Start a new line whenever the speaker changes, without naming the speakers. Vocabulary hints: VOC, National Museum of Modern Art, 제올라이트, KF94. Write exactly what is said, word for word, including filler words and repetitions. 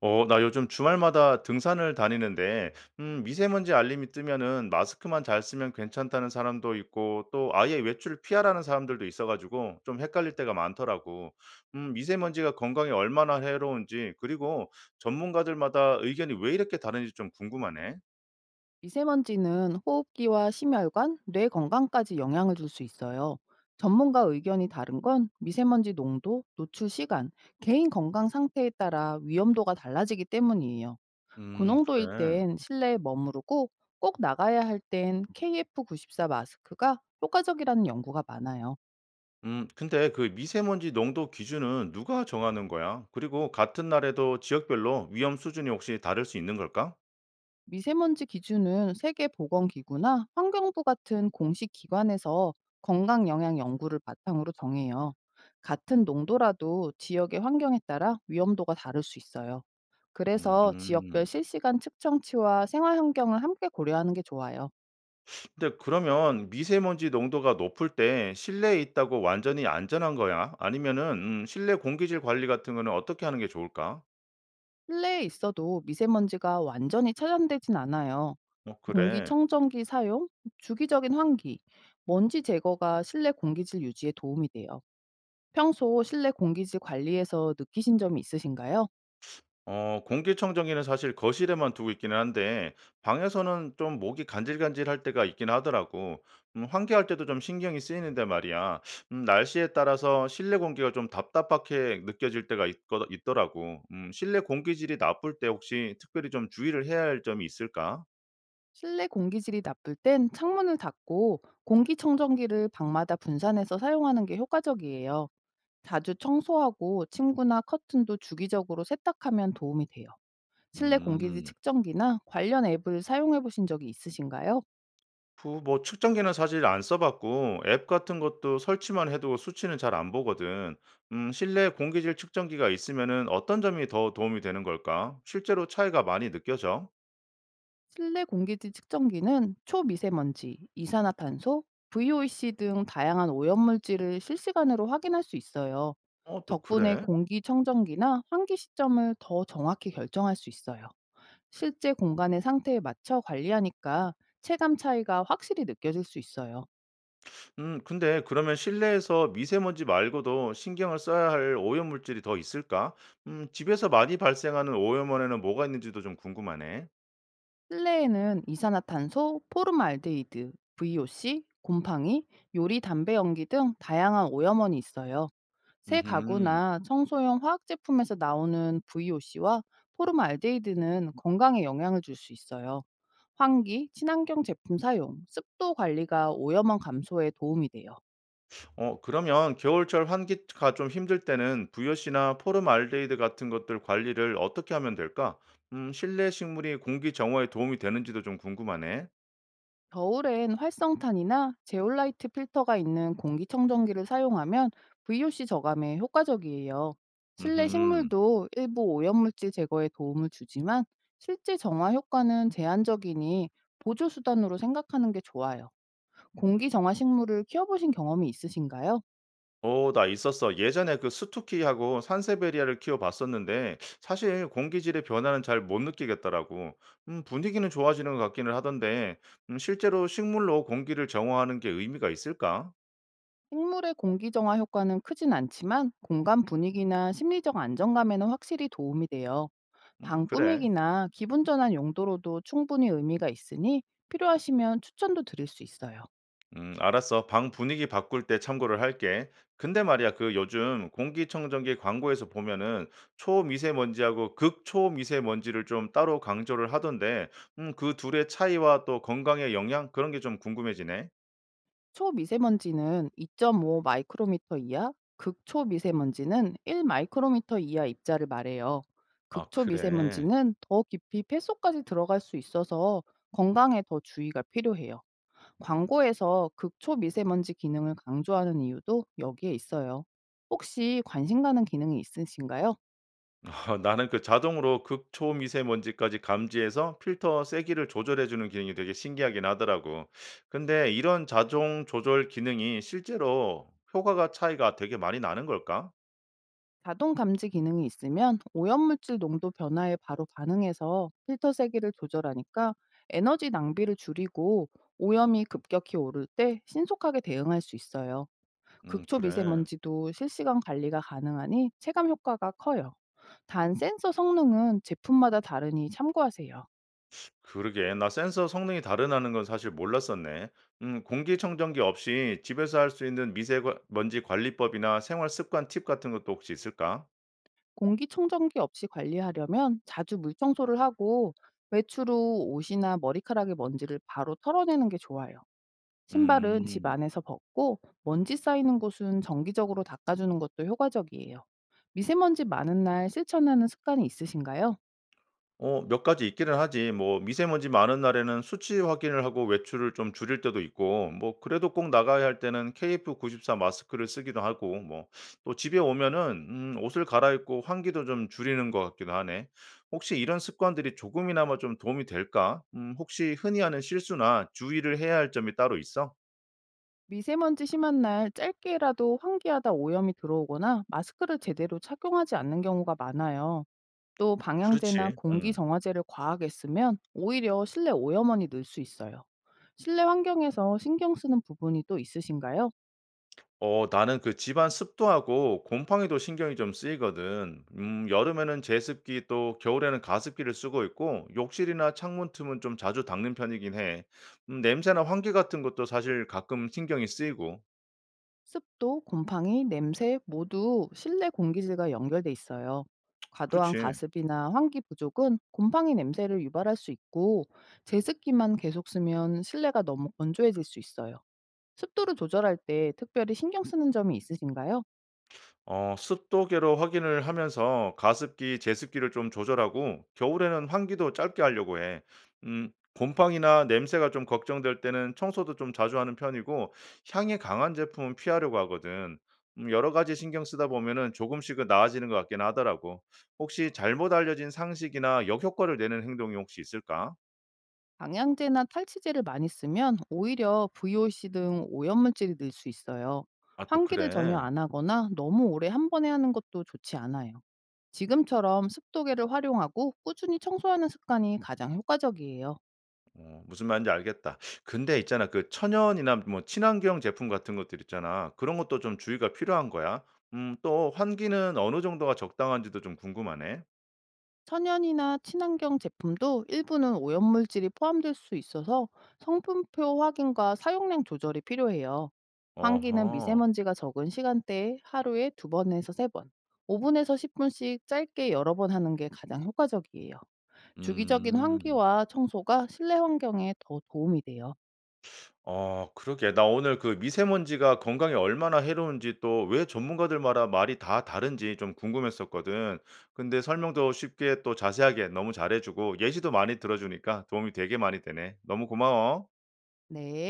어, 나 요즘 주말마다 등산을 다니는데, 음, 미세먼지 알림이 뜨면은 마스크만 잘 쓰면 괜찮다는 사람도 있고, 또 아예 외출을 피하라는 사람들도 있어가지고, 좀 헷갈릴 때가 많더라고. 음, 미세먼지가 건강에 얼마나 해로운지, 그리고 전문가들마다 의견이 왜 이렇게 다른지 좀 궁금하네.
미세먼지는 호흡기와 심혈관, 뇌 건강까지 영향을 줄 수 있어요. 전문가 의견이 다른 건 미세먼지 농도, 노출 시간, 개인 건강 상태에 따라 위험도가 달라지기 때문이에요.
음,
고농도일
그래.
땐 실내에 머무르고 꼭 나가야 할 땐 케이에프구십사 마스크가 효과적이라는 연구가 많아요.
음, 근데 그 미세먼지 농도 기준은 누가 정하는 거야? 그리고 같은 날에도 지역별로 위험 수준이 혹시 다를 수 있는 걸까?
미세먼지 기준은 세계보건기구나 환경부 같은 공식 기관에서 건강 영향 연구를 바탕으로 정해요. 같은 농도라도 지역의 환경에 따라 위험도가 다를 수 있어요. 그래서
음.
지역별 실시간 측정치와 생활 환경을 함께 고려하는 게 좋아요.
근데 그러면 미세먼지 농도가 높을 때 실내에 있다고 완전히 안전한 거야? 아니면은 음, 실내 공기질 관리 같은 거는 어떻게 하는 게 좋을까?
실내에 있어도 미세먼지가 완전히 차단되진 않아요.
어, 그래.
공기청정기 사용, 주기적인 환기, 먼지 제거가 실내 공기질 유지에 도움이 돼요. 평소 실내 공기질 관리에서 느끼신 점이 있으신가요?
어, 공기청정기는 사실 거실에만 두고 있기는 한데 방에서는 좀 목이 간질간질할 때가 있긴 하더라고. 음, 환기할 때도 좀 신경이 쓰이는데 말이야. 음, 날씨에 따라서 실내 공기가 좀 답답하게 느껴질 때가 있거, 있더라고. 음, 실내 공기질이 나쁠 때 혹시 특별히 좀 주의를 해야 할 점이 있을까?
실내 공기질이 나쁠 땐 창문을 닫고 공기청정기를 방마다 분산해서 사용하는 게 효과적이에요. 자주 청소하고 침구나 커튼도 주기적으로 세탁하면 도움이 돼요. 실내 공기질
음.
측정기나 관련 앱을 사용해 보신 적이 있으신가요?
부 뭐 측정기는 사실 안 써 봤고 앱 같은 것도 설치만 해도 수치는 잘 안 보거든. 음 실내 공기질 측정기가 있으면은 어떤 점이 더 도움이 되는 걸까? 실제로 차이가 많이 느껴져?
실내 공기질 측정기는 초미세먼지, 이산화탄소, 브이오씨 등 다양한 오염물질을 실시간으로 확인할 수 있어요.
어 또
덕분에
그래?
공기 청정기나 환기 시점을 더 정확히 결정할 수 있어요. 실제 공간의 상태에 맞춰 관리하니까 체감 차이가 확실히 느껴질 수 있어요.
음 근데 그러면 실내에서 미세먼지 말고도 신경을 써야 할 오염물질이 더 있을까? 음 집에서 많이 발생하는 오염원에는 뭐가 있는지도 좀 궁금하네.
실내에는 이산화탄소, 포름알데히드, 브이오씨, 곰팡이, 요리 담배 연기 등 다양한 오염원이 있어요. 새
음
가구나 청소용 화학 제품에서 나오는 브이오씨와 포름알데히드는 건강에 영향을 줄 수 있어요. 환기, 친환경 제품 사용, 습도 관리가 오염원 감소에 도움이 돼요.
어, 그러면 겨울철 환기가 좀 힘들 때는 부엿이나 포름알데히드 같은 것들 관리를 어떻게 하면 될까? 음, 실내 식물이 공기 정화에 도움이 되는지도 좀 궁금하네.
겨울엔 활성탄이나 제올라이트 필터가 있는 공기청정기를 사용하면 브이오씨 저감에 효과적이에요. 실내
음,
식물도 일부 오염물질 제거에 도움을 주지만 실제 정화 효과는 제한적이니 보조 수단으로 생각하는 게 좋아요. 공기 정화 식물을 키워보신 경험이 있으신가요?
어, 나 있었어. 예전에 그 스투키하고 산세베리아를 키워봤었는데 사실 공기질의 변화는 잘 못 느끼겠더라고. 음, 분위기는 좋아지는 것 같기는 하던데 음, 실제로 식물로 공기를 정화하는 게 의미가 있을까?
식물의 공기 정화 효과는 크진 않지만 공간 분위기나 심리적 안정감에는 확실히 도움이 돼요.
음,
방
그래.
꾸미기나 기분 전환 용도로도 충분히 의미가 있으니 필요하시면 추천도 드릴 수 있어요.
음, 알았어. 방 분위기 바꿀 때 참고를 할게. 근데 말이야, 그 요즘 공기청정기 광고에서 보면은 초미세먼지하고 극초미세먼지를 좀 따로 강조를 하던데, 음, 그 둘의 차이와 또 건강에 영향? 그런 게 좀 궁금해지네.
초미세먼지는 이 점 오 마이크로미터 이하, 극초미세먼지는 일 마이크로미터 이하 입자를 말해요.
아, 그래.
극초미세먼지는 더 깊이 폐속까지 들어갈 수 있어서 건강에 더 주의가 필요해요. 광고에서 극초 미세먼지 기능을 강조하는 이유도 여기에 있어요. 혹시 관심 가는 기능이 있으신가요?
아, 나는 그 자동으로 극초미세먼지까지 감지해서 필터 세기를 조절해주는 기능이 되게 신기하긴 하더라고. 근데 이런 자동 조절 기능이 실제로 효과가 차이가 되게 많이 나는 걸까?
자동 감지 기능이 있으면 오염물질 농도 변화에 바로 반응해서 필터 세기를 조절하니까 에너지 낭비를 줄이고 오염이 급격히 오를 때 신속하게 대응할 수 있어요.
음,
극초
그래.
미세먼지도 실시간 관리가 가능하니 체감 효과가 커요. 단 센서 성능은 제품마다 다르니 참고하세요.
그러게, 나 센서 성능이 다르다는 건 사실 몰랐었네. 음, 공기청정기 없이 집에서 할 수 있는 미세먼지 관리법이나 생활 습관 팁 같은 것도 혹시 있을까?
공기청정기 없이 관리하려면 자주 물청소를 하고 외출 후 옷이나 머리카락의 먼지를 바로 털어내는 게 좋아요. 신발은 집
음.
안에서 벗고 먼지 쌓이는 곳은 정기적으로 닦아주는 것도 효과적이에요. 미세먼지 많은 날 실천하는 습관이 있으신가요?
어 몇 가지 있기는 하지. 뭐 미세먼지 많은 날에는 수치 확인을 하고 외출을 좀 줄일 때도 있고 뭐 그래도 꼭 나가야 할 때는 케이에프 구십사 마스크를 쓰기도 하고 뭐 또 집에 오면은 음 옷을 갈아입고 환기도 좀 줄이는 것 같기도 하네. 혹시 이런 습관들이 조금이나마 좀 도움이 될까? 음 혹시 흔히 하는 실수나 주의를 해야 할 점이 따로 있어?
미세먼지 심한 날 짧게라도 환기하다 오염이 들어오거나 마스크를 제대로 착용하지 않는 경우가 많아요. 또 방향제나
그렇지.
공기
음.
정화제를 과하게 쓰면 오히려 실내 오염원이 늘 수 있어요. 실내 환경에서 신경 쓰는 부분이 또 있으신가요?
어 나는 그 집안 습도하고 곰팡이도 신경이 좀 쓰이거든. 음 여름에는 제습기 또 겨울에는 가습기를 쓰고 있고 욕실이나 창문 틈은 좀 자주 닦는 편이긴 해. 음 냄새나 환기 같은 것도 사실 가끔 신경이 쓰이고.
습도, 곰팡이, 냄새 모두 실내 공기질과 연결돼 있어요. 과도한
그렇지.
가습이나 환기 부족은 곰팡이 냄새를 유발할 수 있고 제습기만 계속 쓰면 실내가 너무 건조해질 수 있어요. 습도를 조절할 때 특별히 신경 쓰는 점이 있으신가요?
어 습도계로 확인을 하면서 가습기, 제습기를 좀 조절하고 겨울에는 환기도 짧게 하려고 해. 음, 곰팡이나 냄새가 좀 걱정될 때는 청소도 좀 자주 하는 편이고 향이 강한 제품은 피하려고 하거든. 음, 여러 가지 신경 쓰다 보면은 조금씩은 나아지는 것 같긴 하더라고. 혹시 잘못 알려진 상식이나 역효과를 내는 행동이 혹시 있을까?
방향제나 탈취제를 많이 쓰면 오히려 브이오씨 등 오염물질이 늘 수 있어요.
아, 또
환기를 전혀
그래.
안 하거나 너무 오래 한 번에 하는 것도 좋지 않아요. 지금처럼 습도계를 활용하고 꾸준히 청소하는 습관이 가장 효과적이에요.
어 무슨 말인지 알겠다. 근데 있잖아 그 천연이나 뭐 친환경 제품 같은 것들 있잖아. 그런 것도 좀 주의가 필요한 거야? 음 또 환기는 어느 정도가 적당한지도 좀 궁금하네.
천연이나 친환경 제품도 일부는 오염물질이 포함될 수 있어서 성분표 확인과 사용량 조절이 필요해요. 환기는
어허.
미세먼지가 적은 시간대에 하루에 두 번에서 세 번, 오 분에서 십 분씩 짧게 여러 번 하는 게 가장 효과적이에요. 주기적인
음.
환기와 청소가 실내 환경에 더 도움이 돼요.
어 그러게. 나 오늘 그 미세먼지가 건강에 얼마나 해로운지 또 왜 전문가들마다 말이 다 다른지 좀 궁금했었거든. 근데 설명도 쉽게 또 자세하게 너무 잘해 주고 예시도 많이 들어 주니까 도움이 되게 많이 되네. 너무 고마워.
네.